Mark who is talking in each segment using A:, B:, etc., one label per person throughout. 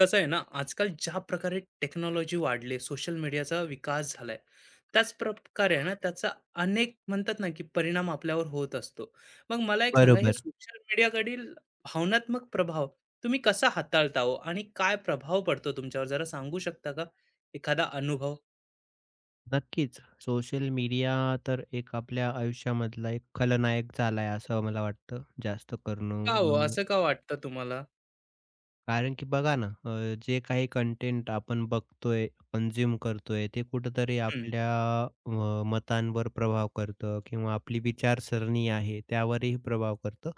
A: कसं आहे ना, आजकाल ज्या प्रकारे टेक्नॉलॉजी वाढली, सोशल मीडियाचा विकास झालाय, त्याच प्रकारे आहे ना, त्याचा अनेक म्हणतात ना, की परिणाम आपल्यावर होत असतो. मग मला एक सांगा, हे
B: बरोबर.
A: सोशल मीडियाकडील भावनात्मक प्रभाव तुम्ही कसा हाताळता हो? आणि काय प्रभाव पडतो तुमच्यावर? जरा सांगू शकता का एखादा अनुभव?
B: नक्कीच. सोशल मीडिया तर एक आपल्या आयुष्यामधला एक खलनायक झाला आहे, असं मला वाटतं. जास्त करून
A: का हो, असं का वाटतं तुम्हाला?
B: कारण की बघा ना, जे काही कंटेंट आपण बघतोय, कंझ्युम करतोय, ते कुठेतरी
A: हं.
B: आपल्या मतांवर प्रभाव करतं किंवा आपली विचारसरणी आहे त्यावरही प्रभाव करतं.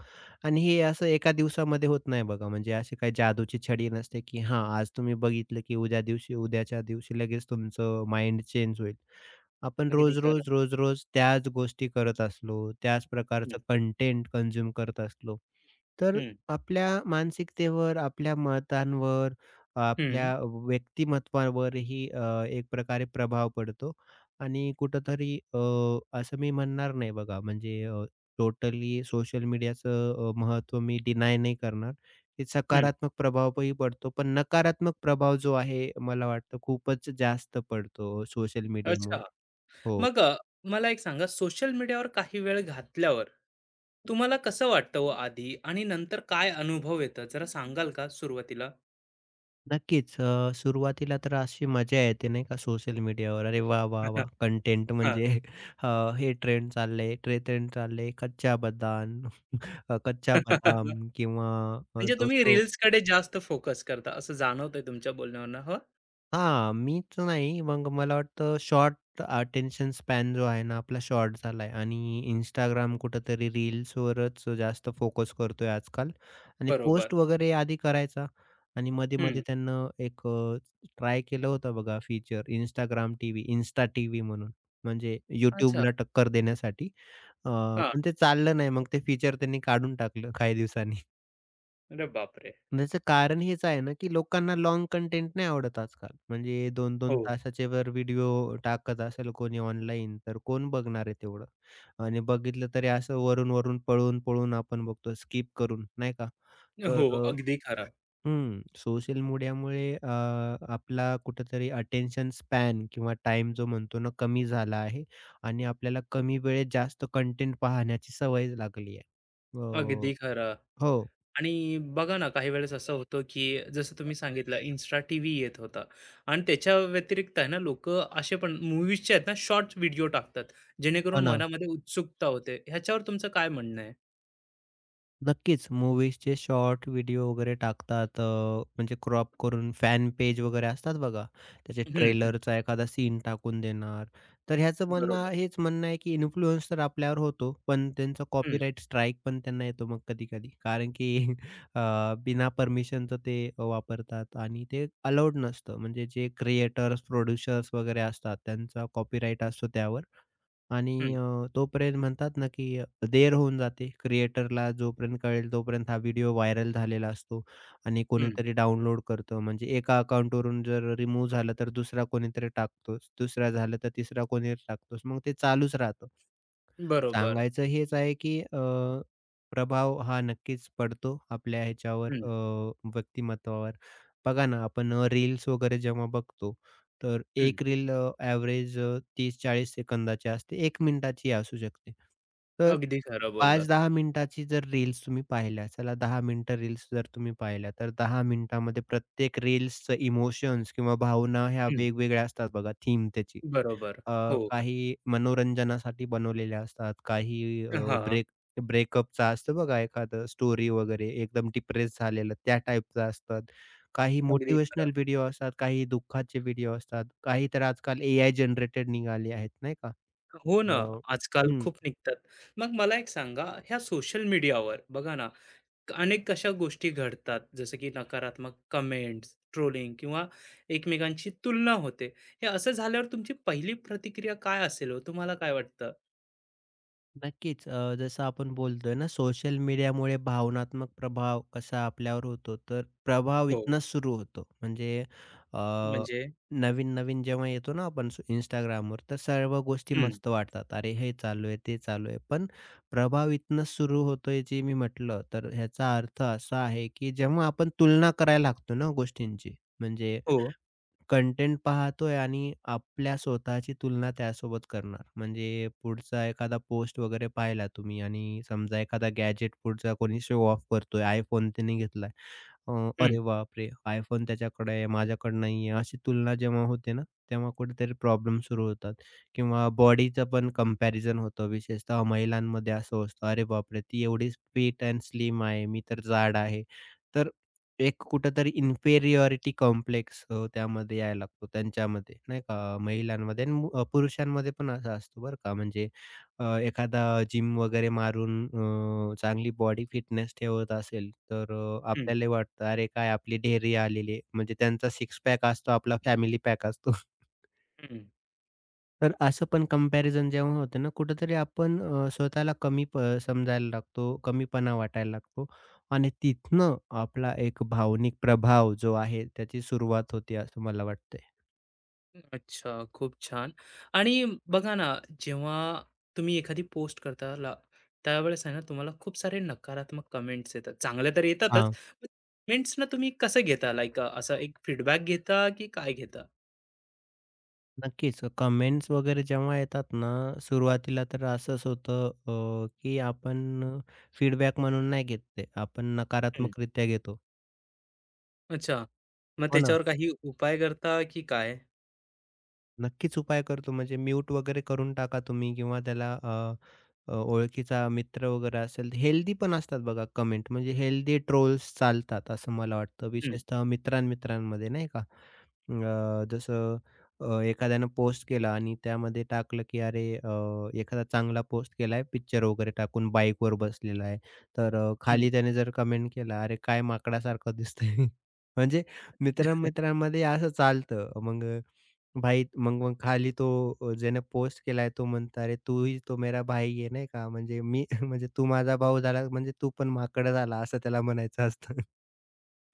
B: आणि हे असं एका दिवसामध्ये होत नाही बघा. म्हणजे अशी काही जादूची छडी नसते, की हां, आज तुम्ही बघितलं, की उद्याच्या दिवशी लगेच तुमचं माइंड चेंज होईल. आपण
A: अगदी खरं.
B: रोज-रोज, रोज-रोज त्याच गोष्टी करत असलो, त्याच
A: हं.
B: प्रकारचं कंटेंट कंझ्युम करत असलो, तर
A: हं.
B: आपल्या मानसिकतेवर, आपल्या मतांवर,
A: हं.
B: आपल्या व्यक्तिमत्त्वावरही एक प्रकारे प्रभाव पडतो आणि कुठेतरी असं मी म्हणणार नाही बघा, म्हणजे टोटली सोशल मीडियाचं महत्त्व मी डिनाय नाही करणार. ते
A: हं.
B: सकारात्मक प्रभावही पडतो, पण नकारात्मक प्रभाव जो आहे, मला वाटतं खूपच जास्त पडतो सोशल
A: अच्छा.
B: मीडियामुळे. हो.
A: मग मला एक सांगा सोशल मीडियावर काही वेळ घातल्यावर तुम्हाला कसं वाटतं हो आधी आणि नंतर काय अनुभव येतं जरा सांगाल का सुरुवातीला?
B: नक्कीच. सुरुवातीला तर अशी मजा येते नाही का सोशल मीडियावर. अरे वाह, वाह, वाह! कंटेंट
A: हां.
B: म्हणजे अ, हे ट्रेंड चाललंय, ते ट्रेंड चाललंय. कच्चा बदाम कच्चा बदाम
A: म्हणजे
B: किंवा
A: तुम्ही
B: दोस्तो
A: रील्स कडे जास्त फोकस करता असं जाणवतंय तुमच्या बोलण्यावरनं हां.
B: हां, मीच नाही. मग मला वाटतं शॉर्ट अटेन्शन स्पॅन जो आहे ना आपला शॉर्ट झालाय आणि Instagram कुठेतरी रील्सवरच जास्त फोकस करतोय आजकाल आणि पोस्ट
A: बरोबर.
B: वगैरे आधी करायचा आणि
A: हं.
B: मध्ये-मध्ये त्यांना एक ट्राय केलं होतं बघा feature Instagram TV, Insta TV म्हणून. म्हणजे
A: अच्छा.
B: YouTubeला टक्कर देण्यासाठी.
A: हां.
B: पण ते चाललं नाही. मग ते फीचर त्यांनी काढून टाकलं काही दिवसांनी.
A: अरे बापरे!
B: त्याचं कारण हेच आहे ना, की लोकांना लाँग कंटेंट नाही आवडत आजकाल. म्हणजे 2-2
A: हो.
B: तासाचे वर व्हिडिओ टाकत असेल कोणी ऑनलाईन, तर कोण बघणार आहे तेवढं? आणि बघितलं तरी असं वरून-वरून, पळून-पळून आपण बघतो, स्किप करून, नाही का? तर
A: हो, अगदी खरं.
B: हं, सोशल मीडियामुळे आपला कुठेतरी अटेन्शन स्पॅन किंवा टाईम जो म्हणतो ना, कमी झाला आहे आणि आपल्याला कमी वेळेत जास्त कंटेंट पाहण्याची सवय लागली आहे. अ,
A: अगदी खरं.
B: हो.
A: आणि बघा ना काही वेळेस असं होतं की जसं तुम्ही सांगितलं इन्स्टा टीव्ही येत होता आणि त्याच्या व्यतिरिक्त आहे ना लोक असे पण मूवीजचे आहेत ना शॉर्ट व्हिडिओ टाकतात
B: हो
A: जेणेकरून
B: ना.
A: मनामध्ये उत्सुकता होते ह्याच्यावर तुमचं काय म्हणणं आहे.
B: नक्कीच. मूव्हीजचे शॉर्ट व्हिडिओ वगैरे टाकतात म्हणजे क्रॉप करून फॅन पेज वगैरे असतात बघा. त्याचे
A: हम्म, हम्म.
B: ट्रेलरचा एखादा सीन टाकून देणार. तर ह्याचं म्हणणं
A: बरोबर.
B: हेच म्हणणं आहे की इन्फ्लुअन्स तर आपल्यावर होतो, पण त्यांचा
A: हम्म,
B: कॉपीराइट स्ट्राईक पण त्यांना येतो मग कधी-कधी. कारण की अ, बिना परमिशनचं ते वापरतात आणि ते अलाऊड नसतं. म्हणजे जे क्रिएटर्स, प्रोड्युसर्स वगैरे असतात त्यांचा कॉपीराइट असतो त्यावर. आणि
A: हम्म,
B: तोपर्यंत म्हणतात ना, की देर होऊन जाते क्रिएटरला जोपर्यंत कळेल तोपर्यंत हा व्हिडिओ व्हायरल झालेला असतो आणि
A: हम्म.
B: कोणीतरी डाउनलोड करतं. म्हणजे एका अकाउंटवरून जर रिमूव्ह झालं तर दुसरा कोणीतरी टाकतोच, दुसरा झालं तर तिसरा कोणीतरी टाकतोच. मग ते चालूच राहतं.
A: बरोबर.
B: सांगायचं हेच आहे, की प्रभाव हा नक्कीच पडतो आपल्या ह्याच्यावर
A: हम्म,
B: व्यक्तिमत्त्वावर. बघा ना, आपण रील्स वगैरे जेव्हा बघतो, तर
A: हम्म.
B: एक रील ॲव्हरेज 30-40 सेकंदाची असते, 1 मिनिटाची असू शकते. तर
A: अगदी खरं बोललात.
B: 5-10 मिनिटाची जर रील्स तुम्ही पाहिल्या, चला 10 मिनिटं रील्स जर तुम्ही पाहिल्या, तर 10 मिनिटामध्ये प्रत्येक रील्सचं इमोशन्स किंवा भावना ह्या
A: हम्म.
B: वेगवेगळ्या असतात बघा, थीम त्याची.
A: बरोबर.
B: अ,
A: हो.
B: काही मनोरंजनासाठी बनवलेल्या असतात, काही अ,
A: हा.
B: ब्रेक ब्रेकअपचा असतं बघा एखादं स्टोरी वगैरे एकदम डिप्रेस झालेलं त्या टाईपचं असतात. काही
A: अगदी खरं.
B: मोटिव्हेशनल व्हिडिओ असतात, काही दुःखाचे व्हिडिओ असतात, काही तर आजकाल एआय जनरेटेड निघाले आहेत नाही का?
A: हो ना.
B: अ,
A: आजकाल
B: हं.
A: खूप निघतात. मग मला एक सांगा ह्या सोशल मीडियावर बघा ना अनेक अशा गोष्टी घडतात जसं की नकारात्मक कमेंट्स, ट्रोलिंग किंवा एकमेकांची तुलना होते. हे असं झाल्यावर तुमची पहिली प्रतिक्रिया काय असेल हो? तुम्हाला काय वाटतं?
B: नक्कीच. जसं आपण बोलतोय ना, सोशल मीडियामुळे भावनात्मक प्रभाव कसा आपल्यावर होतो, तर प्रभाव
A: हो.
B: इथनंच सुरू होतो. म्हणजे अ,
A: म्हणजे.
B: नवीन-नवीन जेव्हा येतो ना आपण Instagramवर, तर सर्व गोष्टी
A: हं.
B: मस्त वाटतात. अरे, हे चालू आहे, ते चालू आहे. पण प्रभाव इथनंच सुरू होतोय जे मी म्हटलं, तर ह्याचा अर्थ असा आहे, की जेव्हा आपण तुलना करायला लागतो ना गोष्टींची, म्हणजे
A: हो.
B: कंटेंट पाहतोय आणि आपल्या स्वतःची तुलना त्यासोबत करणार. म्हणजे पुढचा एखादा पोस्ट वगैरे पाहिला तुम्ही आणि समजा एखादा गॅजेट पुढचा कोणी शो ऑफ करतोय. iPhone त्याने घेतलाय. अ,
A: हं.
B: "अरे बापरे! iPhone त्याच्याकडे आहे, माझ्याकडे नाही आहे." अशी तुलना जेव्हा होते ना, तेव्हा कुठेतरी प्रॉब्लेम सुरू होतात किंवा बॉडीचं पण कंपॅरिझन होतं. विशेषतः महिलांमध्ये असं होतं, "अरे बापरे! ती एवढीच फिट अँड स्लिम आहे, मी तर जाड आहे." तर एक कुठेतरी इन्फेरियॉरिटी कॉम्प्लेक्स त्यामध्ये यायला लागतो त्यांच्यामध्ये, नाही का? महिलांमध्ये आणि पुरुषांमध्ये पण असं असतं बरं का. म्हणजे एखादा जिम वगैरे मारून चांगली बॉडी फिटनेस ठेवत असेल, तर
A: हं.
B: आपल्याला वाटतं, "अरे काय आपली ढेरी आलेली आहे." म्हणजे त्यांचा सिक्स पॅक असतो, आपला फॅमिली पॅक असतो.
A: हं.
B: तर असं पण कंपॅरिझन जेव्हा होतं ना, कुठेतरी आपण स्वतःला कमी प समजायला लागतो, कमीपणा वाटायला लागतो आणि तिथनं आपला एक भावनिक प्रभाव जो आहे, त्याची सुरुवात होते असं मला वाटतंय.
A: अच्छा, खूप छान. आणि बघा ना, जेव्हा तुम्ही एखादी पोस्ट करता ला त्यावेळेस आहे ना, तुम्हाला खूप सारे नकारात्मक कमेंट्स येतात. चांगल्या तर येतातच, पण कमेंट्सना तुम्ही कसं घेता? लाइक एक फीडबॅक घेता की काय घेता?
B: नक्कीच. कमेंट्स वगैरे जेव्हा येतात ना, सुरुवातीला तर असंच होतं की आपण फीडबॅक म्हणून नाही घेत ते. आपण नकारात्मकरित्या घेतो.
A: अच्छा. मग
B: हो ना.
A: त्याच्यावर काही उपाय करता की काय?
B: नक्कीच उपाय करतो म्हणजे म्यूट वगैरे करून टाका तुम्ही किंवा त्याला अ, अ, ओळखीचा मित्र वगैरे असेल, हेल्दी पण असतात बघा कमेंट म्हणजे हेल्दी ट्रोल्स चालतात असं मला वाटतं.
A: हं.
B: विशेषतः मित्रां नाही का? जसं एखाद्यानं पोस्ट केला आणि त्यामध्ये टाकलं, की अरे, एखादा चांगला पोस्ट केलाय पिक्चर वगैरे टाकून बाईकवर बसलेला आहे. तर
A: हं.
B: खाली त्याने जर कमेंट केला, "अरे काय माकडासारखं दिसतंय." म्हणजे मित्र-मित्रांमध्ये असं चालतं. मग भाई मग मग खाली तो ज्याने पोस्ट केलाय तो म्हणतो, "अरे तू तो मेरा भाई आहे." नाही का? म्हणजे मी म्हणजे तू माझा भाऊ झाला म्हणजे तू पण माकड झाला असं त्याला म्हणायचं असतं.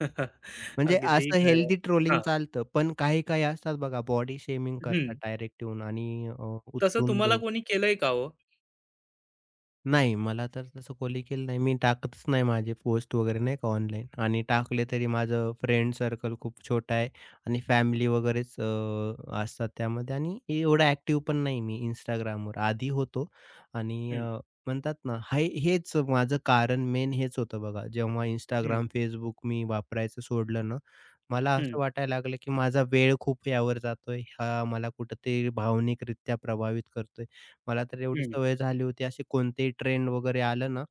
B: म्हणजे
A: अगदी
B: असं
A: खरं.
B: हेल्दी ट्रोलिंग
A: हां.
B: चालतं. पण काही-काही असतात बघा बॉडी शेमिंग करतात
A: हं.
B: डायरेक्ट येऊन आणि अ,
A: तसं
B: उतरून
A: तुम्हाला
B: बोलतात.
A: कोणी केलंय का हो?
B: नाही, मला तर तसं कोणी केलं नाही. मी टाकतच नाही माझे पोस्ट वगैरे नाही का ऑनलाईन आणि टाकले तरी माझं फ्रेंड सर्कल खूप छोटा आहे आणि फॅमिली वगैरेच असतात त्यामध्ये आणि एवढा ॲक्टिव्ह पण नाही मी Instagramवर. आधी होतो आणि
A: हं.
B: म्हणतात ना, हेच माझं कारण मेन हेच होतं बघा. जेव्हा
A: हं.
B: Instagram, Facebook मी वापरायचं सोडलं ना, मला
A: हं.
B: असं वाटायला लागलं, की माझा वेळ खूप यावर जातोय. हा मला कुठेतरी भावनिकरित्या प्रभावित करतोय. मला तर एवढी
A: हं.
B: सवय झाली होती असे कोणतेही ट्रेंड वगैरे आलं ना,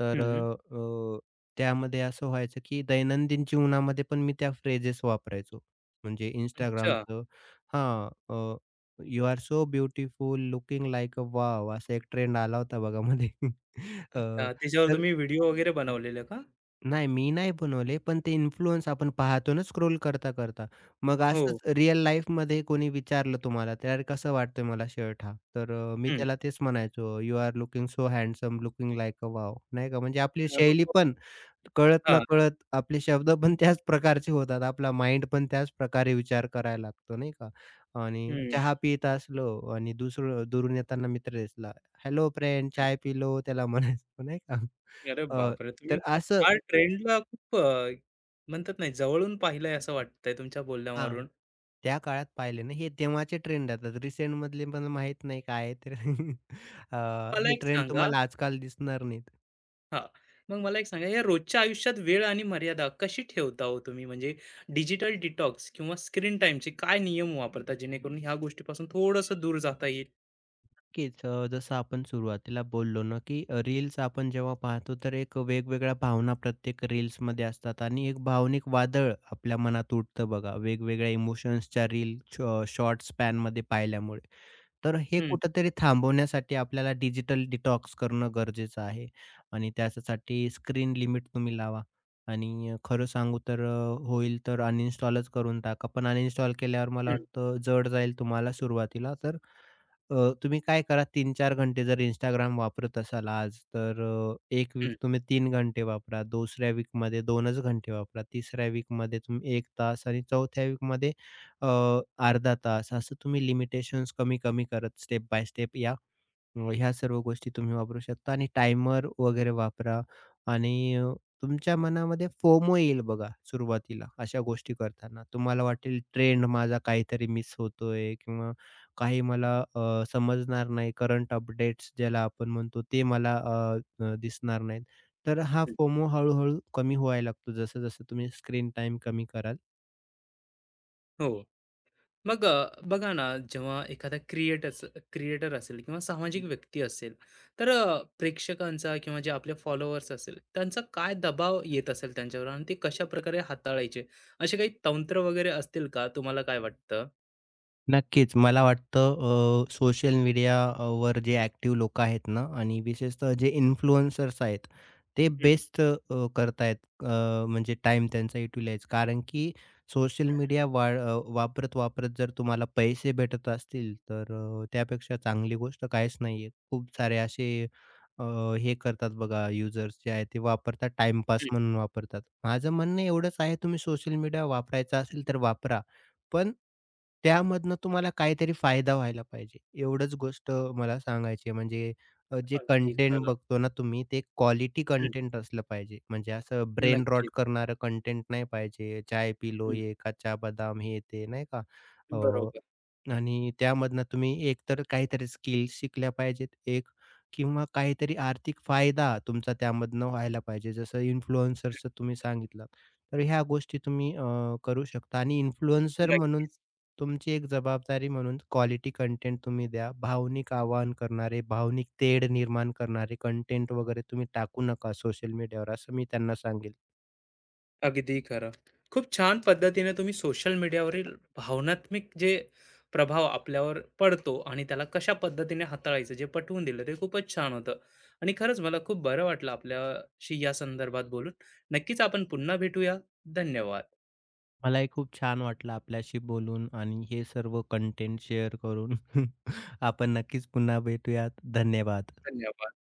B: तर
A: हं.
B: अ, अ, त्यामध्ये असं व्हायचं की दैनंदिन जीवनामध्ये पण मी त्या फ्रेजेस वापरायचो. म्हणजे
A: अच्छा.
B: Instagramचं हां, "you are so beautiful, looking like a wow" असा एक ट्रेंड आला होता बघा मध्ये. अ,
A: अच्छा. त्याच्यावर
B: तर
A: तुम्ही व्हिडिओ वगैरे बनवलेले का?
B: नाही, मी नाही बनवले, पण ते इन्फ्लुअन्स आपण पाहतो ना स्क्रोल करता, करता. मग असंच
A: हो.
B: रिअल लाईफमध्ये कोणी विचारलं तुम्हाला, "यार कसं वाटतोय मला शर्ट हा?" तर मी
A: हं.
B: त्याला तेच म्हणायचो, "you are looking so handsome, looking like a wow." नाही का? म्हणजे आपली शैली पण
A: हां.
B: कळत-नकळत आपले शब्द पण त्याच प्रकारचे होतात. आपला माइंड पण त्याच प्रकारे विचार करायला लागतो, नाही का? आणि
A: हं.
B: चहा पीत असलो आणि दुसरं दुरून येताना मित्र दिसला, "हॅलो फ्रेंड,
A: हं.
B: चाय पी त्याला म्हणायचो, नाही का?
A: अरे
B: अ,
A: बापरे! तुम्ही
B: तर असं
A: हा ट्रेंडला खूप म्हणतात नाही जवळून पाहिलंय असं वाटतंय तुमच्या
B: हां.
A: बोलण्यावरून.
B: त्या काळात पाहिले ना, हे तेव्हाचे ट्रेंड राहतात. रिसेंटमधले मला माहीत नाही काय आहे तर
A: मला
B: हे
A: एक
B: ट्रेंड
A: सांगा.
B: तुम्हाला आजकाल दिसणार नाहीत.
A: हां. मग मला एक सांगा, या रोजच्या आयुष्यात वेळ आणि मर्यादा कशी ठेवता हो तुम्ही? म्हणजे डिजिटल डिटॉक्स किंवा स्क्रीन टाईमचे काय नियम वापरता, जेणेकरून ह्या गोष्टीपासून थोडंसं दूर जाता येईल?
B: नक्कीच जसं आपण सुरुवातीला बोललो ना, की रील्स आपण जेव्हा पाहतो तर एक वेगवेगळ्या भावना प्रत्येक रील्समध्ये असतात आणि एक भावनिक वादळ आपल्या मनात उठतं बघा, वेगवेगळ्या इमोशन्सच्या रील शॉ शॉर्ट स्पॅनमध्ये पाहिल्यामुळे. तर हे
A: हं.
B: कुठेतरी थांबवण्यासाठी आपल्याला डिजिटल डिटॉक्स करणं गरजेचं आहे आणि त्याच्यासाठी स्क्रीन लिमिट तुम्ही लावा आणि खरं सांगू तर होईल तर अनइन्स्टॉलच करून टाका. पण अनइन्स्टॉल केल्यावर मला
A: हं.
B: वाटतं जड जाईल तुम्हाला सुरुवातीला. तर तुम्ही काय करा 3-4 घंटे जर Instagram वापरत असाल आज, तर 1 वीक
A: हं.
B: तुम्ही 3 घंटे वापरा, दुसऱ्या वीकमध्ये 2च घंटे वापरा, तिसऱ्या वीकमध्ये तुम्ही 1 तास आणि चौथ्या वीकमध्ये अ, अर्धा तास असं तुम्ही लिमिटेशन्स कमी-कमी करत स्टेप बाय स्टेप या. ह्या सर्व गोष्टी तुम्ही वापरू शकता आणि टायमर वगैरे वापरा आणि तुमच्या मनामध्ये फोमो येईल बघा सुरुवातीला अशा गोष्टी करताना. तुम्हाला वाटेल ट्रेंड माझा काहीतरी मिस होतोय किंवा काही मला समजणार नाही करंट अपडेट्स ज्याला आपण म्हणतो ते मला अ, अ, दिसणार नाहीत. तर हा
A: हं.
B: फोमो हळू-हळू कमी व्हायला लागतो जसं-जसं तुम्ही स्क्रीन टाईम कमी कराल.
A: हो. मग बघा ना, जेव्हा एखादा क्रिएटच क्रिएटर असेल किंवा सामाजिक व्यक्ती असेल, तर प्रेक्षकांचा किंवा जे आपले फॉलोअर्स असेल, त्यांचा काय दबाव येत असेल त्यांच्यावर आणि ते कशाप्रकारे हाताळायचे? असे काही तंत्र वगैरे असतील का? तुम्हाला काय वाटतं?
B: नक्कीच. मला वाटतं सोशल मीडियावर जे ॲक्टिव्ह लोकं आहेत ना आणि विशेषतः जे इन्फ्लुएन्सर्स आहेत, ते
A: हं.
B: बेस्ट करतायत म्हणजे टाईम त्यांचा युटिलाइज. कारण की सोशल मीडिया वापरत-वापरत जर तुम्हाला पैसे भेटत असतील, तर त्यापेक्षा चांगली गोष्ट काहीच नाही आहे. खूप सारे असे अ, हे करतात बघा युजर्स जे आहेत ते वापरतात टाईमपास
A: हं.
B: म्हणून वापरतात. माझं म्हणणं एवढंच आहे तुम्ही सोशल मीडिया वापरायचा असेल तर वापरा. पण त्यामधनं तुम्हाला काहीतरी फायदा व्हायला पाहिजे. एवढंच गोष्ट मला सांगायची आहे. म्हणजे जे
A: अगदी
B: कंटेंट
A: खरं.
B: बघतो ना तुम्ही ते क्वालिटी
A: हं.
B: कंटेंट असलं पाहिजे. म्हणजे असं ब्रेन
A: नक्कीच.
B: रॉट करणारं कंटेंट नाही पाहिजे. चाय पिलो,
A: हं.
B: ये कच्चा बदाम, हे ते नाही का.
A: बरोबर.
B: आणि त्यामधनं तुम्ही एकतर काहीतरी स्किल्स शिकल्या पाहिजेत एक किंवा काहीतरी आर्थिक फायदा तुमचा त्यामधनं व्हायला पाहिजे. जसं इन्फ्लुएन्सरचं तुम्ही सांगितलं. तर ह्या गोष्टी तुम्ही करू शकता आणि इन्फ्लुएन्सर म्हणून
A: नक्कीच.
B: तुमची एक जबाबदारी म्हणून क्वालिटी कंटेंट तुम्ही द्या. भावनिक आवाहन करणारे, भावनिक तेढ निर्माण करणारे कंटेंट वगैरे तुम्ही टाकू नका सोशल मीडियावर असं मी त्यांना सांगेन.
A: अगदी खरं. खूप छान पद्धतीने तुम्ही सोशल मीडियावरील भावनात्मक जे प्रभाव आपल्यावर पडतो आणि त्याला कशा पद्धतीने हाताळायचं जे पटवून दिलं ते खूपच छान होतं. आणि खरंच मला खूप बरं वाटलं आपल्याशी या संदर्भात बोलून. नक्कीच आपण पुन्हा भेटूया. धन्यवाद.
B: मलाही खूप छान वाटलं आपल्याशी बोलून आणि हे सर्व कंटेंट शेअर करून. आपण नक्कीच पुन्हा भेटूयात. धन्यवाद.
A: धन्यवाद.